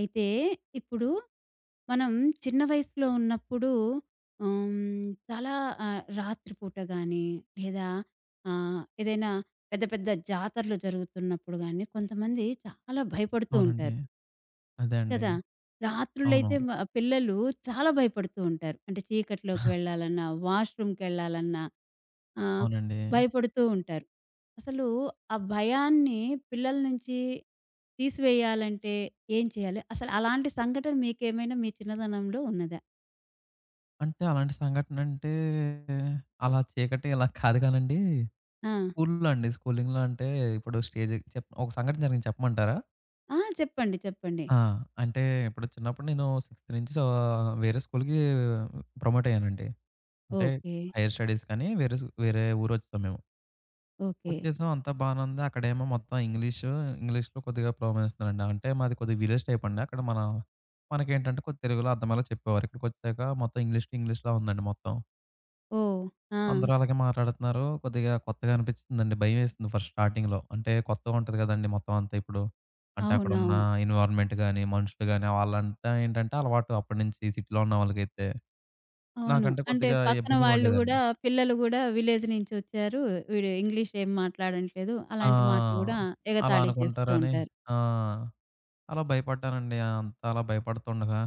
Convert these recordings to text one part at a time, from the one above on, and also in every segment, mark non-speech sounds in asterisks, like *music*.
అయితే ఇప్పుడు మనం చిన్న వయసులో ఉన్నప్పుడు ఆహ్, చాలా రాత్రిపూట గాని లేదా ఏదైనా పెద్ద పెద్ద జాతరలు జరుగుతున్నప్పుడు గాని కొంతమంది చాలా భయపడుతూ అవునండి. ఉంటారు. అదే అండి. కదా! అవును. రాత్రులైతే పిల్లలు చాలా భయపడుతూ ఉంటారు. అంటే చీకట్లోకి *laughs* వెళ్ళాలన్నా, వాష్‌రూమ్‌కెళ్ళాలన్నా ఆహ్, అవునండి. భయపడుతూ ఉంటారు. అసలు ఆ భయాన్ని పిల్లల నుంచి తీసివేయాలంటే ఏం చేయాలి? అసలు అలాంటి సంఘటన మీకేమైనా మీ చిన్నదనంలో ఉన్నదా? అంటే అలాంటి సంఘటన అంటే అలా చీకటి ఇలా కాదు కానండి. ఆ! స్కూల్‌లో అండి. స్కూలింగ్‌లో అంటే ఇప్పుడు స్టేజ్ చెప్ ఒక సంఘటన జరిగింది చెప్పమంటారా? ఆ! చెప్పండి. చెప్పండి. ఆ! అంటే ఇప్పుడు చిన్నప్పుడు నేను 6థ్ నుంచి సో, వేరే స్కూల్‌కి ప్రమోట్ అయ్యానండి. అంటే ఓకే. హైర్ స్టడీస్‌కని వేరే ఊరొచ్చేసాం మేము. ఓకే. వచ్చేసాం. అంతా బానే ఉంది. అక్కడేమో మొత్తం ఇంగ్లీషు, ఇంగ్లీష్‌లో కొద్దిగా ప్రోబ్లమిస్తున్నారండి. అంటే మాది కొద్దిగా విలేజ్ టైప్ అండి. అక్కడ మనకేంటంటే కొద్ది తెలుగులో అర్థమయ్యేలా చెప్పేవారు. ఇక్కడికొచ్చాక మొత్తం ఇంగ్లీష్ టు ఇంగ్లీష్‌లా ఉందండి మొత్తం. ఓహ్! ఆ! అందరూ అలాగే మాట్లాడుతున్నారు. కొద్దిగా కొత్తగా అనిపించిందండి. భయమేసింది ఫస్ట్ స్టార్టింగ్‌లో. అంటే కొత్తగా ఉంటది కదండీ మొత్తం అంతా ఇప్పుడు. అంటే అక్కడున్న అవునవును. ఎన్విరాన్మెంట్ గాని, మనుషులు గాని వాళ్ళంతా ఏంటంటే అలవాటు అప్పటి నుంచి సిటీలో ఉన్న వాళ్ళకైతే. అవును. నాకంటే అంటే కొద్దిగా పక్కన ఇబ్బందిగా వాళ్ళు ఉండేదండి. గూడా పిల్లలు గూడా విలేజ్ నుంచి వచ్చారు. వీడు ఇంగ్లీష్ ఏం మాట్లాడట్లేదు. అలాంటి మాటలు ఆ! గూడా అలా ఎగతాళి చేస్తూ అనుకుంటారని ఉంటారు. ఆ! అలా భయపడ్డానండి. అంత అలా భయపడుతుండగా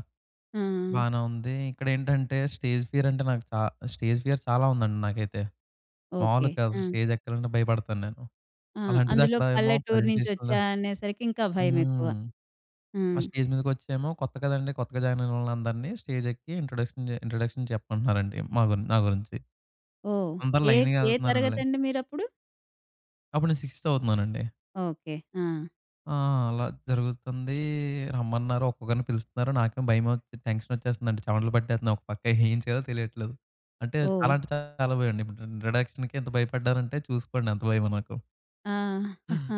ఆ! బానే ఉంది. ఇక్కడేంటంటే స్టేజ్ ఫియర్ అంటే నాకు చా స్టేజ్ ఫియర్ చాలా ఉందండి నాకైతే. ఓకే. మామూలుగా కాదు. ఆ! స్టేజ్ ఎక్కాలంటే భయపడతాను నేను. ఆ! అలాంటిది అందులో అక్కడ ఏమో పల్లెటూరు నుంచి ప్రజెంటేషన్‌లు వచ్చా అనేసరికి ఇంకా భయమెక్కువ. హ్మ్. ఆ హ్మ్. స్టేజ్ మీదకొచ్చేమో కొత్త కదండీ. కొత్తగా జాయిన్ అయిన వాళ్ళందరినీ స్టేజ్ ఎక్కి ఇంట్రొడక్షన్ చెప్పమంటున్నారండి. మా గురి నా గురించి. ఓహ్! అందరూ ఏ లైన్‌గా ఏ ఎళ్తున్నారండి. తరగతండి మీరప్పుడు? అప్పుడు నేను సిక్స్త్ చదువుతున్నానండి. ఓకే. ఆ! ఆ! అలా జరుగుతుంది. రమ్మన్నారు. ఒక్కొక్కరిని పిలుస్తున్నారు. నాకేమో భయమొచ్చి టెన్షనొచ్చేస్తుందండి. చెమటలు పట్టేస్తున్నాయి. ఒక పక్క ఏం చేయాలో తెలియట్లేదు. అంటే ఓహ్! చాలా అంటే చాలా భయమండి. ఇప్పుడు ఇంట్రడక్షన్‌కి ఇంత భయపడ్డానంటే చూసుకోండి ఎంత భయమో నాకు. ఆ! *laughs* ఆ!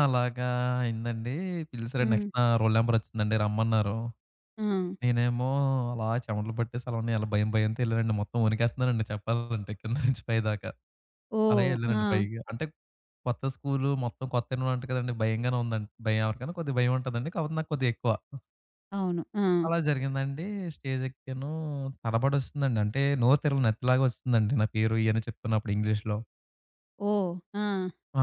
అలాగా అయిందండి. పిలిసారు. హ్మ్. నెక్స్ట్ నా రోల్ నంబరొచ్చిందండి. రమ్మన్నారు. ఆ! నేనేమో అలా చెమటలు పట్టేసి అలానే అలా భయంతో ఎళ్ళానండి. మొత్తం వణికేస్తున్నానండి చెప్పాలంటే కింద నుంచి పైదాకా. అలాగే ఓహ్! ఆ! ఎళ్ళానండి పైకి. అంటే కొత్త స్కూలు మొత్తం కొత్త ఎన్విరాన్మెంట్ కదండీ! భయంగానే ఉందండి. భయం ఉంటదండి కాకపోతే నాకు కొద్దిగా ఎక్కువ. అవును. ఆ! అలా జరిగిందండి. స్టేజ్ ఎక్కాను. తడబడొస్తుందండి. అంటే నోరు తెరవని నత్తిలాగా ఒచ్చేసిందండి నా పేరు ఇయన్నీ చెప్తున్నప్పుడు ఇంగ్లీష్‌లో. ఓహ్! ఆ!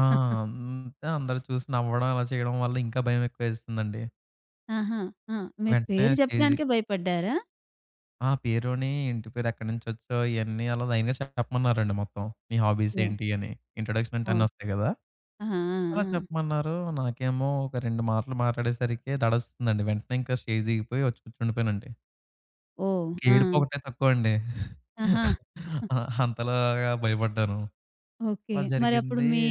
ఆ! *laughs* అంతే అందరూ చూసి నవ్వడం అలా చేయడం వల్ల ఇంకా భయం ఎక్కువేసిందండి. ఆహా! ఆ! మీరు వెంటనే పేరు స్టేజ్ చెప్పడానికే భయపడ్డారా? ఆ! పేరోని, ఇంటి పేరు, ఎక్కడినుంచొచ్చావు, ఇయన్నీ అలా లైన్‌గా చెప్పమన్నారండి మొత్తం. నీ హాబీస్ ఓహ్! ఏంటి అని. ఇంట్రొడక్షన్ అంటే ఓహ్! అన్నీ వస్తాయి గదా! ఆ! ఆ! అలా ఆ! చెప్పమన్నారు. నాకేమో ఒక 2 మాటలు మాట్లాడేసరికే దడొస్తుందండి. వెంటనే ఇంకా స్టేజ్ దిగిపోయి వచ్చి కూర్చుండిపోయానండి. ఓహ్! ఆ! ఏడుపొకటే తక్కువండి. ఆ! ఆహా! *laughs* అంతలాగా భయపడ్డాను. ఓకే. అలా మరప్పుడు జరిగింది. మీ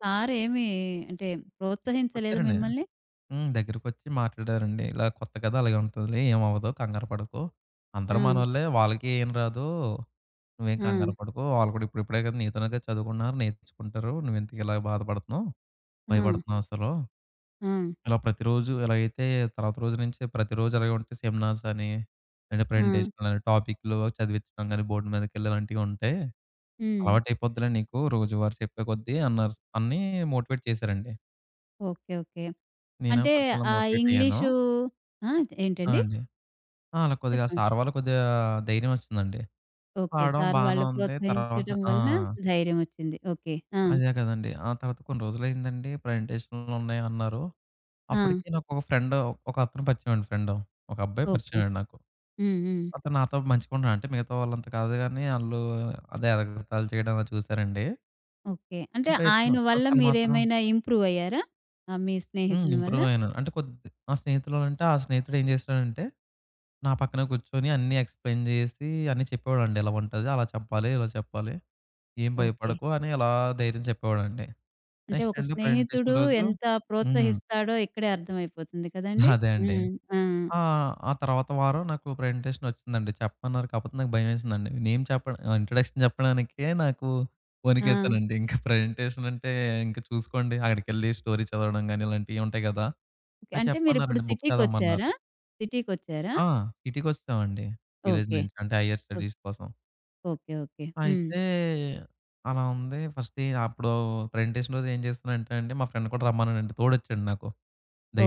సార్ ఏమి అంటే ప్రోత్సహించలేదా వచ్చారండి. మిమ్మల్ని? హ్మ్. దగ్గరకొచ్చి మాట్లాడారండి. ఇలా కొత్త కదా! అలాగే ఉంటదిలే. ఏమవ్వదు కంగారు పడకు. ఆ! అందరూ మనోళ్ళే. వాళ్ళకి ఏం రాదు. నువ్వేం ఆ! కంగారు పడకు. వాళ్ళు కూడా ఇప్పుడిప్పుడే కదా! నీతోనే కదా! చదువుకుంటున్నారు. నేర్చుకుంటారు. నువ్వెందుకు ఇలా బాధపడుతున్నావు? ఆ! భయపడుతున్నావు అసలు. ఆ! ఇలా ప్రతిరోజు ఎలాగైతే తర్వాత రోజు నుంచి ప్రతిరోజు అలాగే ఉంటే సెమినార్స్ అని, లేదంటే ఆ! ప్రెజెంటేషన్‌లని, టాపిక్‌లు చదివించడం గాని బోర్డ్ మీదకెళ్ళి ఇలాంటివి ఉంటే హ్మ్. అలవాటయిపోద్దిలే నీకు రోజువారీ చెప్పే కొద్దీ అన్నారు. అని మోటివేట్ చేశారండి. ఓకే. ఓకే. నేను అంటే కొద్దిగా అలా ఆ మోటివేట్ అయ్యాను. ఇంగ్లీషు ఆ! ఆ! ఏంటండి? అండి. ఆ! అలా కొద్దిగా చెప్పండి. సార్ వల్ల కొద్దిగా ధైర్యం వచ్చిందండి. ఓకే. పాడడం సార్ బానే వాళ్ళు ఉంది. తర్వాత ప్రోత్సహించడం ఆ! వలన ధైర్యమొచ్చింది. ఓకే. ఆ! అదే కదండీ. ఆ తర్వాత కొన్ని రోజులయిందండి. ప్రెజెంటేషన్‌లున్నాయి అన్నారు. ఆ! అప్పటికి నాకొక ఫ్రెండ్ ఒక అతను పరిచయం అండి ఫ్రెండ్. ఒక అబ్బాయి ఓకే. పరిచయం అండి నాకు. హ్మ్. హ్మ్. అతను నాతో మంచిగా ఉన్నాడు. అంటే మిగతా వాళ్ళంత కాదు గానీ ఆళ్ళు అదే ఎగతాళి చేయడం అది చూసారండి. ఓకే. అంటే ఇంకా ఇతను ఆయన వల్ల తను మాత్రం మీరేమైనా ఇంప్రూవ్ అయ్యారా? ఆ! మీ హ్మ్. స్నేహితుని వల్ల? ఇంప్రూవ్ అయ్యాను. అంటే కొద్ది నా స్నేహితులోనంటే ఆ స్నేహితుడు ఏం చేసాడంటే, నా పక్కన కూర్చొని అన్నీ ఎక్స్‌ప్లెయిన్ చేసి అన్నీ చెప్పేవాడండి. ఇలా ఉంటది, అలా చెప్పాలి, ఇలా చెప్పాలి. ఏం ఓకే. భయపడకు అని అలా ధైర్యం చెప్పేవాడండి. అంటే నెక్స్ట్ ఒక అండి స్నేహితుడు ప్రజెంటేషన్ రోజు ఎంత హ్మ్. ప్రోత్సహిస్తాడో ఇక్కడే అర్థమైపోతుంది కదండీ! అదే అండి. హ్మ్. ఆ! ఆ! ఆ తర్వాత వారం నాకు ప్రజెంటేషన్ వచ్చిందండి. చెప్పమన్నారు కాకపోతే నాకు భయమేసిందండి. ఇంట్రడక్షన్ చెప్పడానికే నాకు ఆ! వణికేసానండి. ఇంకా ప్రజెంటేషన్ అంటే ఇంక చూసుకోండి అక్కడికెళ్ళి స్టోరీ చదవడం గాని ఇలాంటియి ఉంటాయి కదా! ఓకే. అయి అంటే మీరిప్పుడు చెప్పమన్నారండి. బుక్ చదవమన్నారు. సిటీకొచ్చారా? సిటీకొచ్చారా? ఆ! సిటీకొచ్చేసామండి విలేజ్ ఓకే. నుంచి. అంటే హైయర్ ఓ స్టడీస్ కోసం. ఓకే. ఓకే. హ్మ్. అయితే అలా ఉంది. ఫస్ట్ ఎ అప్పుడు ప్రెజెంటేషన్ రోజు ఏం చేస్తున్నానంటే అండి, మా ఫ్రెండ్ కూడా రమ్మన్నానండి. తోడొచ్చాడు నాకు.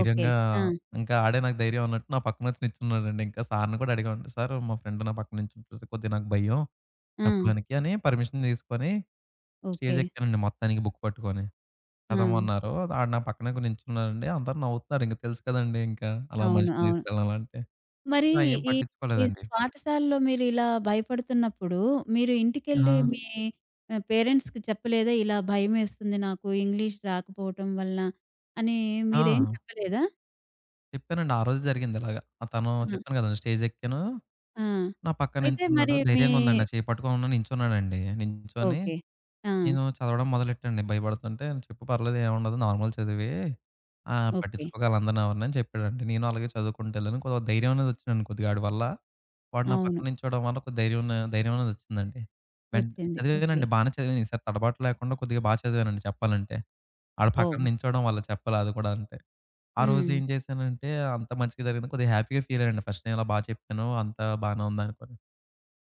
ఓకే. ఆ! ఇంకా ఆడే నాకు ధైర్యం అన్నట్టు నా పక్కన వచ్చి నిల్చున్నాడండి. ఇంకా సార్‌ని కూడా అడిగామండి. "సార్ మా ఫ్రెండ్ నా పక్కన నిల్చుంటే కొద్దిగా నాకు భయం ఆ! చెప్పడానికి" అని పర్మిషన్ తీసుకొని ఓకే. స్టేజ్ ఎక్కానండి మొత్తానికి బుక్ పట్టుకొని. ఆ! చదవమన్నారు. ఆడు నా పక్కనే నిల్చున్నాడండి. అందరూ నవ్వుతున్నారు. ఇంక తెలుసు కదండీ ఇంకా అలా అవును. మనిషిని అవును. తీసుకెళ్ళాలంటే. మరి నేను అయ్యేం ఈ ఈ పట్టించుకోలేదండి. పాఠశాలలో మీరిలా భయపడుతున్నప్పుడు, మీరు ఇంటికెళ్ళి ఆ! మీ పేరెంట్స్‌కి చెప్పలేదా? ఇలా భయమేస్తుంది నాకు ఇంగ్లీష్ రాకపోవటం వలన అని ఆ! మీరేం చెప్పలేదా? చెప్పానండి. ఆ రోజు జరిగింది ఇలాగ. తను ఆ! చెప్పాను కదండీ స్టేజ్ ఎక్కాను ఆ! నా పక్కన అయితే మరి నించున్నాడు. ధైర్యంగా ఉందండి. నా చేయి పట్టుకోకుండా నించున్నాడండి. నించొని ఓకే. ఆ! నేను చదవడం మొదలెట్టాండి. భయపడుతుంటే "చెప్పు పర్లేదు ఏముండదు నార్మల్ చదువే. ఓకే. పట్టించుకోకు ఆళ్ళందరిని ఎవరిని" అని చెప్పాడండి. నేను అలాగే చదువుకుంటూ వెళ్ళాను. కొద్దిగా ధైర్యం అనేది వచ్చిందండి కొద్దిగా ఆడి వల్ల. వాడు నా అవును. పక్కన నించోవడం వల్ల కొద్ది ధైర్యం ధైర్యం అనేది వచ్చిందండి. వెన్ వచ్చింది. ఓకే. చదివానండి. బానే చదివాను. ఈసారి తడబాటు లేకుండా కొద్దిగా బా చదివానండి చెప్పాలంటే. ఆడు పక్కన ఓహ్! నించోవడం వల్ల చెప్పాలి అది కూడా అంటే. ఆ రోజు హ్మ్. ఏం చేశానంటే అంత మంచిగా జరిగింది. కొద్దిగా హ్యాపీగా ఫీల్ అయ్యానండి. ఫస్ట్ నేను ఇలా బా చెప్పాను. అంతా బానే ఉందనుకోని.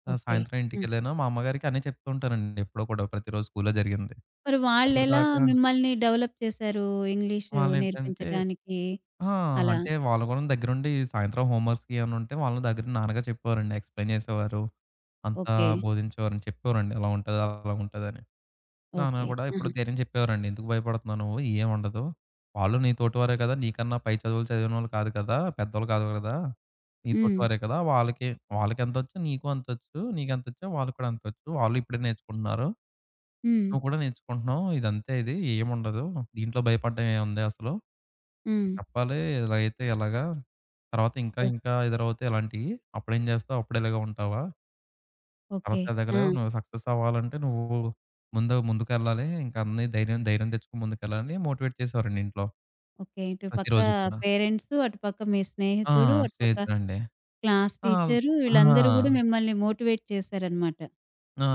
ఆ! ఓకే. సాయంత్రం హ్మ్. ఇంటికెళ్ళాను. మా అమ్మగారికి అన్నీ చెప్తూ ఉంటానండి ఎప్పుడో కూడా ప్రతిరోజు స్కూల్‌లో జరిగింది. మరి వాళ్ళెలా అప్పటిదాకా మిమ్మల్ని డెవలప్ చేశారు ఇంగ్లీషు వాళ్ళేంటంటే నేర్పించటానికి ఆ! అలా? అంటే వాళ్ళు కూడా దగ్గరుండి సాయంత్రం హోంవర్క్స్‌కి ఏమన్నా ఉంటే వాళ్ళు దగ్గర నాన్నగా చెప్పేవారండి. ఎక్స్‌ప్లెయిన్ చేసేవారు. అంతా ఓకే. బోధించేవారని చెప్పేవారండి. ఇలా ఉంటది, అలా ఉంటదని. నాన్న ఓకే. కూడా ఎప్పుడు ఆహా! ధైర్యం చెప్పేవారండి. "ఎందుకు భయపడుతున్నావు నువ్వు? ఏం ఉండదు. వాళ్ళు నీ తోటివారే కదా! నీకన్నా పై చదువులు చదివినోళ్ళు కాదు కదా! పెద్దోళ్ళు కాదు కదా! నీ హ్మ్. తోటివారే కదా! వాళ్ళకెంతొచ్చో నీకు అంతొచ్చు. నీకెంతొచ్చో వాళ్ళకి కూడా అంతొచ్చు. వాళ్ళు ఇప్పుడే నేర్చుకుంటున్నారు." హ్మ్. నువ్వు కూడా నేర్చుకుంటున్నావు. ఇదంతే. ఏముండదు. దీంట్లో భయపడడం ఏముంది అసలు. హ్మ్. చెప్పాలి ఇలా అయితే ఎలాగా? తర్వాత ఇంకా ఓ ఇంకా ఎదురవుతాయి ఇలాంటియి. అప్పుడేం జేస్తావు? అప్పుడు ఇలాగే ఉంటావా? ఓకే. తర్వాత ఆ! ఎదగలేవు. నువ్వు సక్సెస్ అవ్వాలంటే నువ్వు ముందుకెళ్ళాలి. ఇంకా అన్నీ ధైర్యం ధైర్యం తెచ్చుకొని ముందుకెళ్ళాలని మోటివేట్ చేసేవారండి ఇంట్లో. ఓకే. ఇటు పక్క ప్రతిరోజు కూడా. పేరెంట్స్, అటు పక్క మీ ఆ! స్నేహితుడు, అటు పక్క స్నేహితుడండి. క్లాస్ ఆ! టీచరు ఆ! వీళ్ళందరూ గూడా మిమ్మల్ని మోటివేట్ చేశారనమాట. ఆ!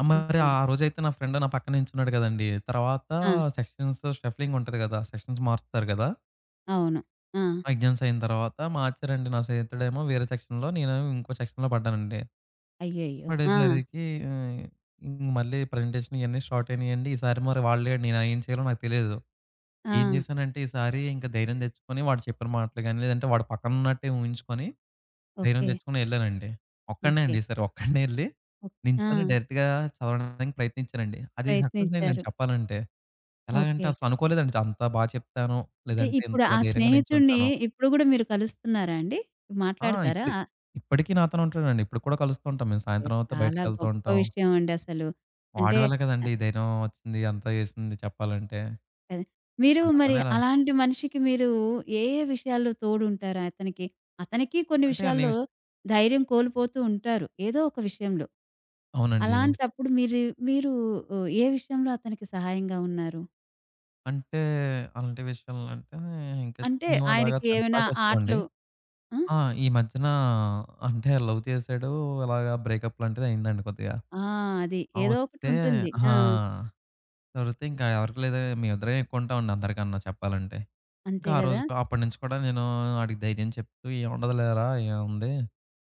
ఆ! మరి ఓకే. ఆ రోజైతే నా ఫ్రెండ్ నా పక్కన నించున్నాడు గదండీ! తర్వాత ఆ! సెక్షన్స్ షఫ్లింగ్ ఉంటది గదా! సెక్షన్స్ మారుస్తారు గదా! అవును. ఆ! ఎగ్జామ్స్ అయిన తర్వాత మార్చారండి. నా స్నేహితుడేమో వేరే సెక్షన్‌లో, నేనేమో ఇంకో సెక్షన్‌లో పడ్డానండి. అయ్యయ్యో! ఆ! పడేసరికి ఆహ్, ఇంక మళ్ళీ ప్రజెంటేషన్ ఇయన్నీ స్టార్ట్ అయినాయండి. ఈసారి మరి వాళ్ళే నేను ఏం చేయాలో నాకు తెలీదు. ఆ! ఏం చేశానంటే ఈసారి ఇంక ధైర్యం తెచ్చుకొని వాడు చెప్పిన మాటలు గాని, లేదంటే వాడు పక్కన ఉన్నట్టే ఊహించుకొని ధైర్యం ఓకే. తెచ్చుకొని ఎళ్ళానండి. ఒక్కడినే ఓకే. అండి ఈసారి ఒక్కడినే ఎళ్లి ఓక్ ఆ! నించొని డైరెక్ట్‌గా చదవడానికి ప్రయత్నించానండి. అది సక్సెస్ అయిందండి ప్రయత్నించారు. చెప్పాలంటే. ఎలాగంటే ఓకే. అసలు అనుకోలేదండి అంత బా చెప్తాను, అంటే లేదంటే ఇప్పుడు ఇంతలా ఆ ధైర్యంగా స్నేహితుడిని నించుంటాను. ఇప్పుడు గూడా మీరు కలుస్తున్నారా అండి? ఆ! మాట్లాడతారా? ఆ! ఇప్పటికి నాతోనే ఉంటాడండి. ఇప్పుడు కూడా కలుస్తూ ఉంటాం. మేము సాయంత్రం అవుతే చాలా బయటికెళ్తూ గొప్ప ఉంటాం. విషయం అండి అసలు. వాడి అంటే వల్లే కదండీ ఈ ధైర్యం వచ్చింది. అంతా చేసింది చెప్పాలంటే. అదే. మీరు అంత మరి పని ఎలా అలాంటి మనిషికి మీరు ఏ ఏ విషయాల్లో తోడుంటారు అతనికి? అతనికి కొన్ని అంటే అన్ని విషయాల్లో విష్ ధైర్యం కోల్పోతూ ఉంటారు. ఏదో ఒక విషయంలో. అవునండి. అలాంటప్పుడు మీరు మీరు ఏ విషయంలో అతనికి సహాయంగా ఉన్నారు? అంటే అలాంటి విషయాలు అంటే ఇంకా అంటే మేము అలాగా ఆయనకి 10థ్ ఏమైనా దాకా వస్తామండి. ఆటలు ఆ! ఆ! ఈ మధ్యన అంటే లవ్ చేసాడు. అలాగా బ్రేకప్ లాంటిది అయిందండి కొద్దిగా. ఆ! అది. ఆ! ఏదో ఒకటి వస్తే ఉంటుంది. ఆ! ఆ! దొరికితే ఇంకా ఎవరికీ లేదు మేమిద్దరమే ఎక్కువ ఉంటామండి అందరికన్నా చెప్పాలంటే. అంతే ఇంకా ఆ గదా! రోజుకు అప్పటినుంచి కూడా నేను ఆడికి ధైర్యం చెప్తూ, "ఏముండదులేరా ఏముంది,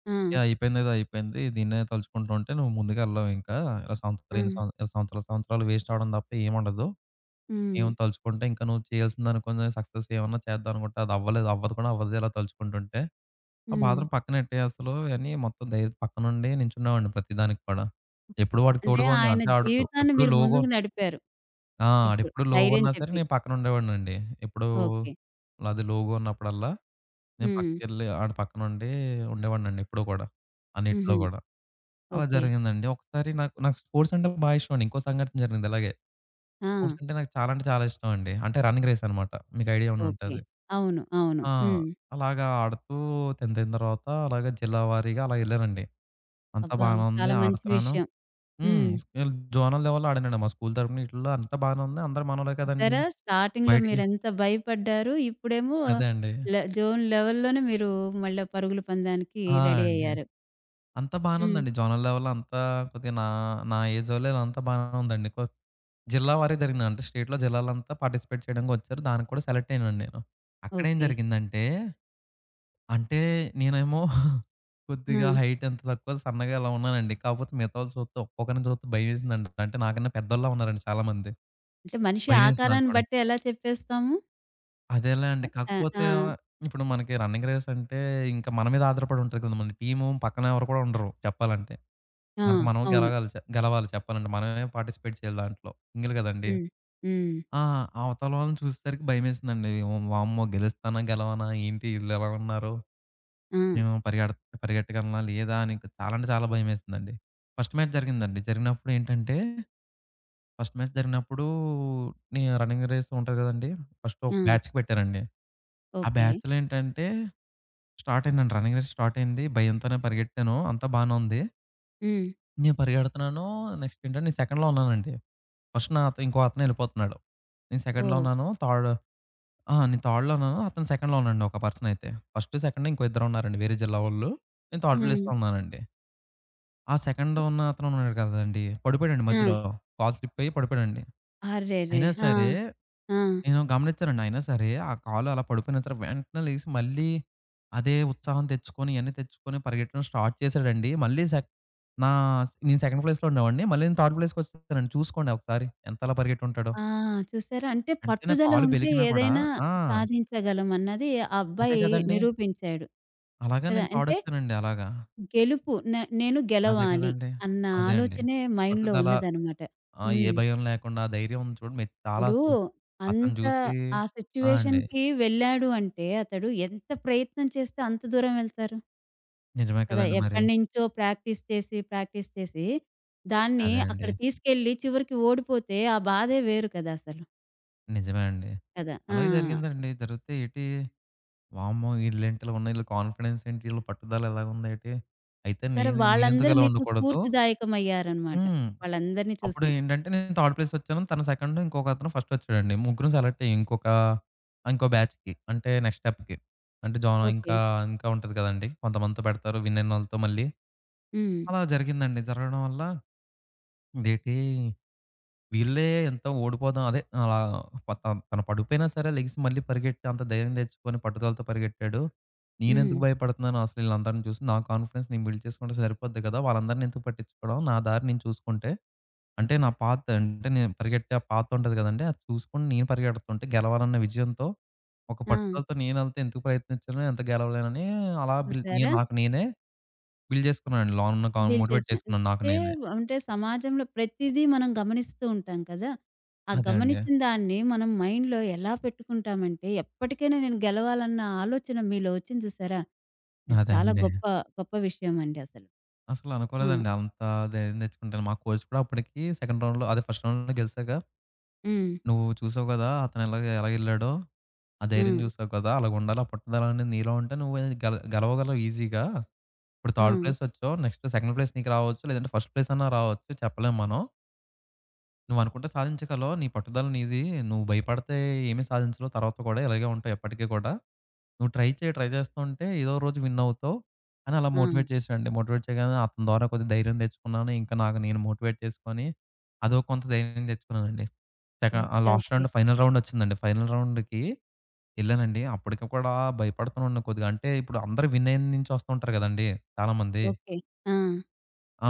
ఆ! ఏ అయిపోయిందేదో అయిపోయింది. దీన్నే తలుచుకుంటూ ఉంటే నువ్వు ముందుకెళ్ళవు ఇంకా. ఆ! ఇలా సంవత్సరాలు సంవత్సరాలు వేస్ట్ అవ్వడం తప్ప ఏముండదు. హ్మ్. ఏం తలుచుకుంటే ఇంకా నువ్వు చేయాల్సింది అనుకుని సక్సెస్ ఏమన్నా చేద్దాం అనుకుంటే అది అవ్వలేదు. అవ్వదు ఇలా తలుచుకుంటుంటే. ఆ హ్మ్. బాధను పక్కనెట్టేయి అసలు" అని మొత్తం ధైర్యం పక్కనుండి నించునేవాడిని ప్రతిదానికి కూడా. ఎప్పుడు వాడికి అంటే తోడుగా ఉన్నా ఆయన అంటే ఆడు జీవితాన్ని ఎప్పుడు మీరు లోగా ముందుకు నడిపారు ఆ! ఇప్పుడు. ఆడెప్పుడు లోగా ధైర్యం ఉన్నా సరే చెప్పి. నేను పక్కన ఉండేవాడినండి. ఎప్పుడు ఓకే. అది లోగా ఉన్నప్పుడల్లా నేను హ్మ్. పక్కకెళ్ళి ఆడ పక్కనుండి ఉండేవాడినండి ఎప్పుడూ కూడా. అన్నిట్లో హుహు. గూడా. అలా ఓకే. జరిగిందండి. ఒకసారి నాకు నాకు స్పోర్ట్స్ అంటే బా ఇష్టమండి. ఇంకో సంఘటన జరిగింది ఇలాగే. ఆ! స్పోర్ట్స్ అంటే నాకు చాలా ఇష్టమండి. అంటే రన్నింగ్ రేస్ అనమాట. మీకు ఐడియా ఉండి ఓకే. ఉంటది. అవును. అవును. ఆ! హ్మ్. అలాగా ఆడుతూ 10థ్ అయిన తర్వాత అలాగా జిల్లా వారీగా అలా ఎళ్ళానండి. అంతా అబ్బా! బానే ఉంది. చాలా మంచి ఆడుతున్నాను. విషయం. హ్మ్. హ్మ్. స్కేల్ జోనల్ లెవెల్‌లో ఆడానండి. మా స్కూల్ తరపున ఈటిల్లో అంతా బానే ఉంది. అందరూ మనోళ్ళే కదండీ! చూసారా? స్టార్టింగ్‌లో బయటికి మీరెంత భయపడ్డారు. ఇప్పుడేమో అదే అండి. జోన్ లెవెల్‌లోనే మీరు మళ్ళా పరుగుల పందానికి ఆ! రెడీ అండి. అయ్యారు. అంతా బానే హ్మ్. ఉందండి. జోనల్ లెవెల్‌లో అంతా కొద్దిగా నా ఏజ్ వోళ్ళే అంతా బానే ఉందండి. జిల్లా వారీగా జరిగింది. అంటే స్టేట్‌లో జిల్లాలంతా పార్టిసిపేట్ చేయడానికి వచ్చారు. దానికి కూడా సెలెక్ట్ అయ్యానండి నేను. అక్కడేం ఓకే. జరిగిందంటే, అంటే నేనేమో *laughs* ఆ! కొద్దిగా హైట్ ఎంత తక్కువ సన్నగా ఇలా ఉన్నానండి. కాకపోతే మిగతావాళ్ళు చూస్తే ఒక్కొక్కరిని చూస్తే భయమేసిందండి. అంటే నాకన్నా పెద్దోళ్ళే ఉన్నారండి చాలామంది. అంటే మనిషి భయమేసింది ఆళ్ళని ఆకారాన్ని చూడంగానే. బట్టి ఎలా చెప్పేస్తాము? అదేలే అండి. ఆ! ఆ! కాకపోతే ఇప్పుడు మనకి రన్నింగ్ రేస్ అంటే ఇంకా మన మీద ఆధారపడి ఉంటది కదా! మన టీము పక్కన ఎవరు కూడా ఉండరు చెప్పాలంటే. ఆ! మనకు మనం అవును. గెలగాలి చె గెలవాలి చెప్పాలంటే. మనమే పార్టిసిపేట్ చేయాలి దాంట్లో. సింగిల్ కదండీ! హ్మ్. హ్మ్. ఆ! అవతల వాళ్ళని చూసేసరికి భయమేసిందండి. వామ్మో! గెలుస్తానా? గెలవనా? ఏంటి ఈళ్ళిలా ఉన్నారు? ఆ! మేము పరిగెడ పరిగెట్టగలనా? లేదా? అని చాలా భయమేసిందండి. ఫస్ట్ మ్యాచ్ జరిగిందండి. జరిగినప్పుడు ఏంటంటే, ఫస్ట్ మ్యాచ్ జరిగినప్పుడు రన్నింగ్ రేస్ ఉంటది కదండీ! ఫస్ట్ ఆ! ఒక బ్యాచ్‌కి పెట్టారండి. ఆ ఓకే. బ్యాచ్‌లో ఏంటంటే స్టార్ట్ అయిందండి. రన్నింగ్ రేస్ స్టార్ట్ అయింది. భయంతోనే పరిగెట్టాను. అంతా బానే ఉంది. హ్మ్. నేను పరిగెడుతున్నాను. నెక్స్ట్ ఏంటంటే నేను సెకండ్‌లో ఉన్నానండి. ఫస్ట్ నాతో ఇంకో అతను వెళ్ళిపోతున్నాడు. నేను సెకండ్‌లో ఓహ్! ఉన్నాను. థర్డ్ ఆ! నేను థర్డ్‌లో ఉన్నాను. అతను సెకండ్‌లో ఉన్నాడండి ఒక పర్సన్ అయితే. ఫస్ట్, సెకండ్ ఇంకో ఇద్దరున్నారండి వేరే జిల్లా వోళ్ళు. నేను థర్డ్ హ్మ్. ప్లేస్‌లో ఉన్నానండి. ఆ సెకండ్ ఉన్న అతను ఉన్నాడు కదండీ! పడిపోయాడండి ఆ! మధ్యలో. కాలు స్లిప్ అయ్యి పడిపోయాడండి. అరెరే! అయినా ఆ! సరే ఆ! నేను గమనించానండి. అయినా సరే ఆ కాలు అలా పడిపోయినా సరే వెంటనే లెగిసి మళ్ళీ అదే ఉత్సాహం తెచ్చుకొని, ఇయన్నీ తెచ్చుకొని పరిగెట్టడం స్టార్ట్ చేశాడండి. మళ్ళీ సెక్ నా నేను సెకండ్ ప్లేస్‌లో ఉండేవాడిని. మళ్ళీ నేను థర్డ్ ప్లేస్‌కొచ్చేసానండి. చూసుకోండి ఒకసారి ఎంతలా పరిగెట్టుంటాడో. ఆ! చూసారా? అంటే అంటే నా పట్టుదల కాలు ఉంటే బెలికినా కూడా ఏదైనా ఆ! సాధించగలం అన్నది ఆ అదే అబ్బాయి కదండీ! నిరూపించాడు. అలాగా కదా! నేను అంటే తోడొచ్చానండి అలాగా. గెలుపు న నేను అదే గెలవాలి కదండీ! అన్న అదే అండి. ఆలోచనే మైండ్‌లో పట్టుదల ఉన్నదనమాట. ఏ హ్మ్. భయం లేకుండా ఆ ధైర్యం ఉంది చూడండి మీరు చాలా ఇప్పుడు అసలు అతను అంత చూసి ఆ ఆ! అండి. సిట్యుయేషన్‌కి వెళ్ళాడు అంటే అతడు ఎంత ప్రయత్నం చేస్తే అంత దూరం వెళ్తారు నిజమే కదా! కదండీ మరి. ఎప్పటినుంచో ప్రాక్టీస్ చేసి, ప్రాక్టీస్ చేసి దాన్ని అదే అక్కడ అండి. తీసుకెళ్ళి చివరికి ఓడిపోతే ఆ బాధే వేరు కదా అసలు. నిజమే అండి. కదా! ఆ! అలాగే జరిగిందండి. జరిగితే ఏంటి వామ్మో! ఈళ్ళేంటి ఇలా ఉన్నాయి. ఈళ్ళ కాన్ఫిడెన్స్ ఏంటి? ఈళ్ళ పట్టుదల ఇలాగుందేటి? అయితే సరే. నేనెందుకు వాళ్ళందరూ ఇలా మీకు ఉండకూడదు స్ఫూర్తిదాయకమయ్యారనమాట. హ్మ్. వాళ్ళందరిని అప్పుడు చూసి. ఏంటంటే నేను థర్డ్ ప్లేస్ వచ్చాను. తను సెకండ్, ఇంకొకతను ఫస్ట్ వచ్చాడండి. ముగ్గురం సెలెక్ట్ అయ్యాం. ఇంకో బ్యాచ్‌కి అంటే నెక్స్ట్ స్టెప్‌కి. అంటే జాన్ ఓకే. ఇంకా ఇంకా ఉంటది కదండీ! కొంతమందితో పెడతారు. విన్ అయినోళ్ళతో మళ్ళీ. హ్మ్. అలా జరిగిందండి. జరగడం వల్ల ఇదేంటి వీళ్ళే ఎంతో ఓడిపోదాం అదే అలా ప త తను పడిపోయినా సరే లెగిసి మళ్ళీ పరిగెట్టి అంత ధైర్యం తెచ్చుకొని పట్టుదలతో పరిగెట్టాడు. హ్మ్. నేనెందుకు భయపడుతున్నాను అసలు వీళ్ళందరిని చూసి నా కాన్ఫిడెన్స్ నేను బిల్డ్ చేసుకుంటే సరిపోద్ది కదా! వాళ్ళందరిని ఎందుకు పట్టించుకోవడం. నా దారి నేను చూసుకుంటే అంటే నా పాత్ అంటే నేను పరిగెట్టే ఆ పాత్ ఉంటది గదండీ! అది చూసుకొని నేను పరిగెడుతుంటే గెలవాలన్న విజయంతో, ఒక ఆ! పట్టుదలతో నేనెళ్తే ఎందుకు ప్రయత్నించను, ఎంత గెలవలేనని అలా బిల్డ్ నేను చూసారా? నాకు నేనే బిల్డ్ చేసుకున్నానండి. లోనున్న కా డీల్ మోటివేట్ చేసా. చేసుకున్నాను నాకు అంటే, నేనే. సమాజంలో ప్రతిదీ మనం గమనిస్తూ ఉంటాం కదా! ఆ అదే అండి. గమనించిన దాన్ని మనం మైండ్‌లో ఎలా పెట్టుకుంటామంటే, ఎప్పటికైనా నేను గెలవాలన్న ఆలోచన మీలో వచ్చింది చూసారా? అది అదే చాలా అండి. గొప్ప, గొప్ప విషయం అండి అసలు. అసలు ఆ! అనుకోలేదండి అంత ధైర్యం తెచ్చుకుంటాను. మా కోచ్ కూడా అప్పటికి సెకండ్ రౌండ్‌లో అదే ఫస్ట్ రౌండ్‌లో గెలిసాక, హ్మ్. "నువ్వు చూసావు గదా! అతను ఎలాగెళ్ళాడో, ఆ ఆ! ధైర్యం చూసావు కదా! అలాగుండాలి. ఆ పట్టుదల అనేది నీలో ఉంటే నువ్వు గెలవగలవు ఈజీగా" ఇప్పుడు ఆ! థర్డ్ ప్లేస్ వచ్చావు. నెక్స్ట్ సెకండ్ ప్లేస్ నీకు రావచ్చు. లేదంటే ఫస్ట్ ప్లేస్ అన్నా రావచ్చు. చెప్పలేం మనం. నువ్వనుకుంటే సాధించగలవు. నీ పట్టుదల నీది. నువ్వు భయపడితే ఏమీ సాధించలేవు. తర్వాత కూడా ఇలాగే ఉంటావు ఎప్పటికి కూడా. నువ్వు ట్రై చేయి. ట్రై చేస్తూ ఉంటే ఏదో రోజు విన్ అవుతావు అని అలా ఆ! మోటివేట్ చేశాడండి. మోటివేట్ చేయగానే అతని ద్వారా కొద్దిగా ధైర్యం తెచ్చుకున్నాను. ఇంకా నాకు నేను మోటివేట్ చేసుకొని అదో కొంత ధైర్యం తెచ్చుకున్నానండి. సెక ఆ okay. Last okay. Round final round వచ్చిందండి. ఫైనల్ రౌండ్‌కి ఎళ్ళానండి. అప్పటికి కూడా భయపడుతూనే ఉన్నా కొద్దిగా. అంటే ఇప్పుడు అందరూ విన్ అయిన నుంచి వస్తూ ఉంటారు కదండీ! చాలామంది. ఓకే. ఆ! ఆ!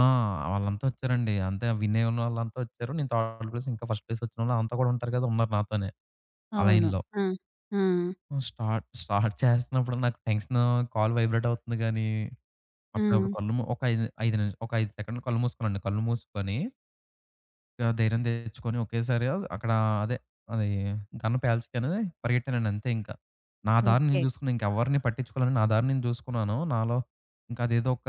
వాళ్ళంతా ఒచ్చారండి. అంతే వినేవాళ్ళు వాళ్ళంతా ఒచ్చారు. నేను థర్డ్ ప్లేస్ ఇంకా ఫస్ట్ ప్లేస్ ఒచ్చినోళ్ళు అంతా కూడా ఉంటారు కదా! ఉన్నారు నాతోనే ఆ అవును. లైన్‌లో. ఆ! ఆ! హ్మ్. స్టార్ట్ స్టార్ట్ చేస్తున్నప్పుడు నాకు టెన్షను కాల్ వైబ్రేట్ అవుతుంది గానీ, ఆ! అప్పుడప్పుడు కళ్ళు మూ ఒక 5 5 నిమి ఒక 5 సెకండ్‌లు కళ్ళు మూసుకున్నానండి. కళ్ళు మూసుకొని, ఇక ధైర్యం తెచ్చుకొని ఒకేసారి అక్కడ అదే అది గన్ పేల్చగానే పరిగెట్టానండి అంతే ఇంకా. నా దారి నేను ఓకే. చూసుకున్నా. ఇంకెవరిని పట్టించుకోలేను. నా దారి నేను చూసుకున్నాను. నాలో ఇంకా అదేదో ఒక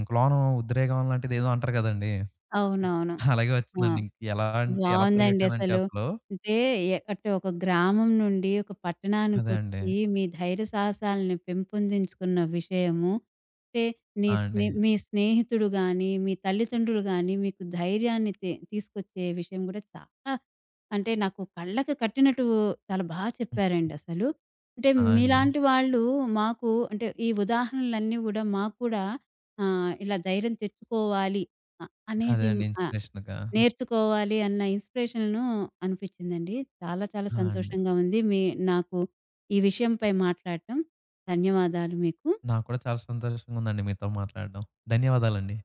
ఇంక లోన ఉద్రేగం లాంటిదేదో అంటారు కదండీ! అవునవును. అలాగే ఆ! వచ్చిందండి. ఇంక ఎలా అంటే ఎలా బావుందండి పరిగెట్టానంటే అసలు. అసలు అంటే అంటే ఒక గ్రామం నుండి ఒక అదే అండి. పట్టణానికొచ్చి మీ ధైర్య సాహసాలను పెంపొందించుకున్న విషయము, అంటే నీ ఆ! అండి. స్నే మీ స్నేహితుడు గాని, మీ తల్లిదండ్రులు గాని మీకు ధైర్యాన్ని తీసుకొచ్చే విషయం గూడా చాలా అంటే నాకు కళ్ళకి కట్టినట్టు చాలా బా చెప్పారండి అసలు. అంటే ఆ! అండి. మీలాంటి వాళ్ళు మాకు అంటే ఈ ఉదాహరణలన్నీ గూడా మాకు కూడా ఇలా ధైర్యం తెచ్చుకోవాలి అ అదే అనేది అండి ఆ! ఇన్స్‌పిరేషన్‌గా. నేర్చుకోవాలి అన్న ఇన్‌స్పిరేషను అనిపిచ్చిందండి. చాలా చాలా ఆ! అండి. సంతోషంగా ఉంది. నాకు ఈ విషయంపై మాట్లాడటం. ధన్యవాదాలు మీకు. నాకు కూడా చాలా సంతోషంగా ఉందండి మీతో మాట్లాడడం. ధన్యవాదాలండి.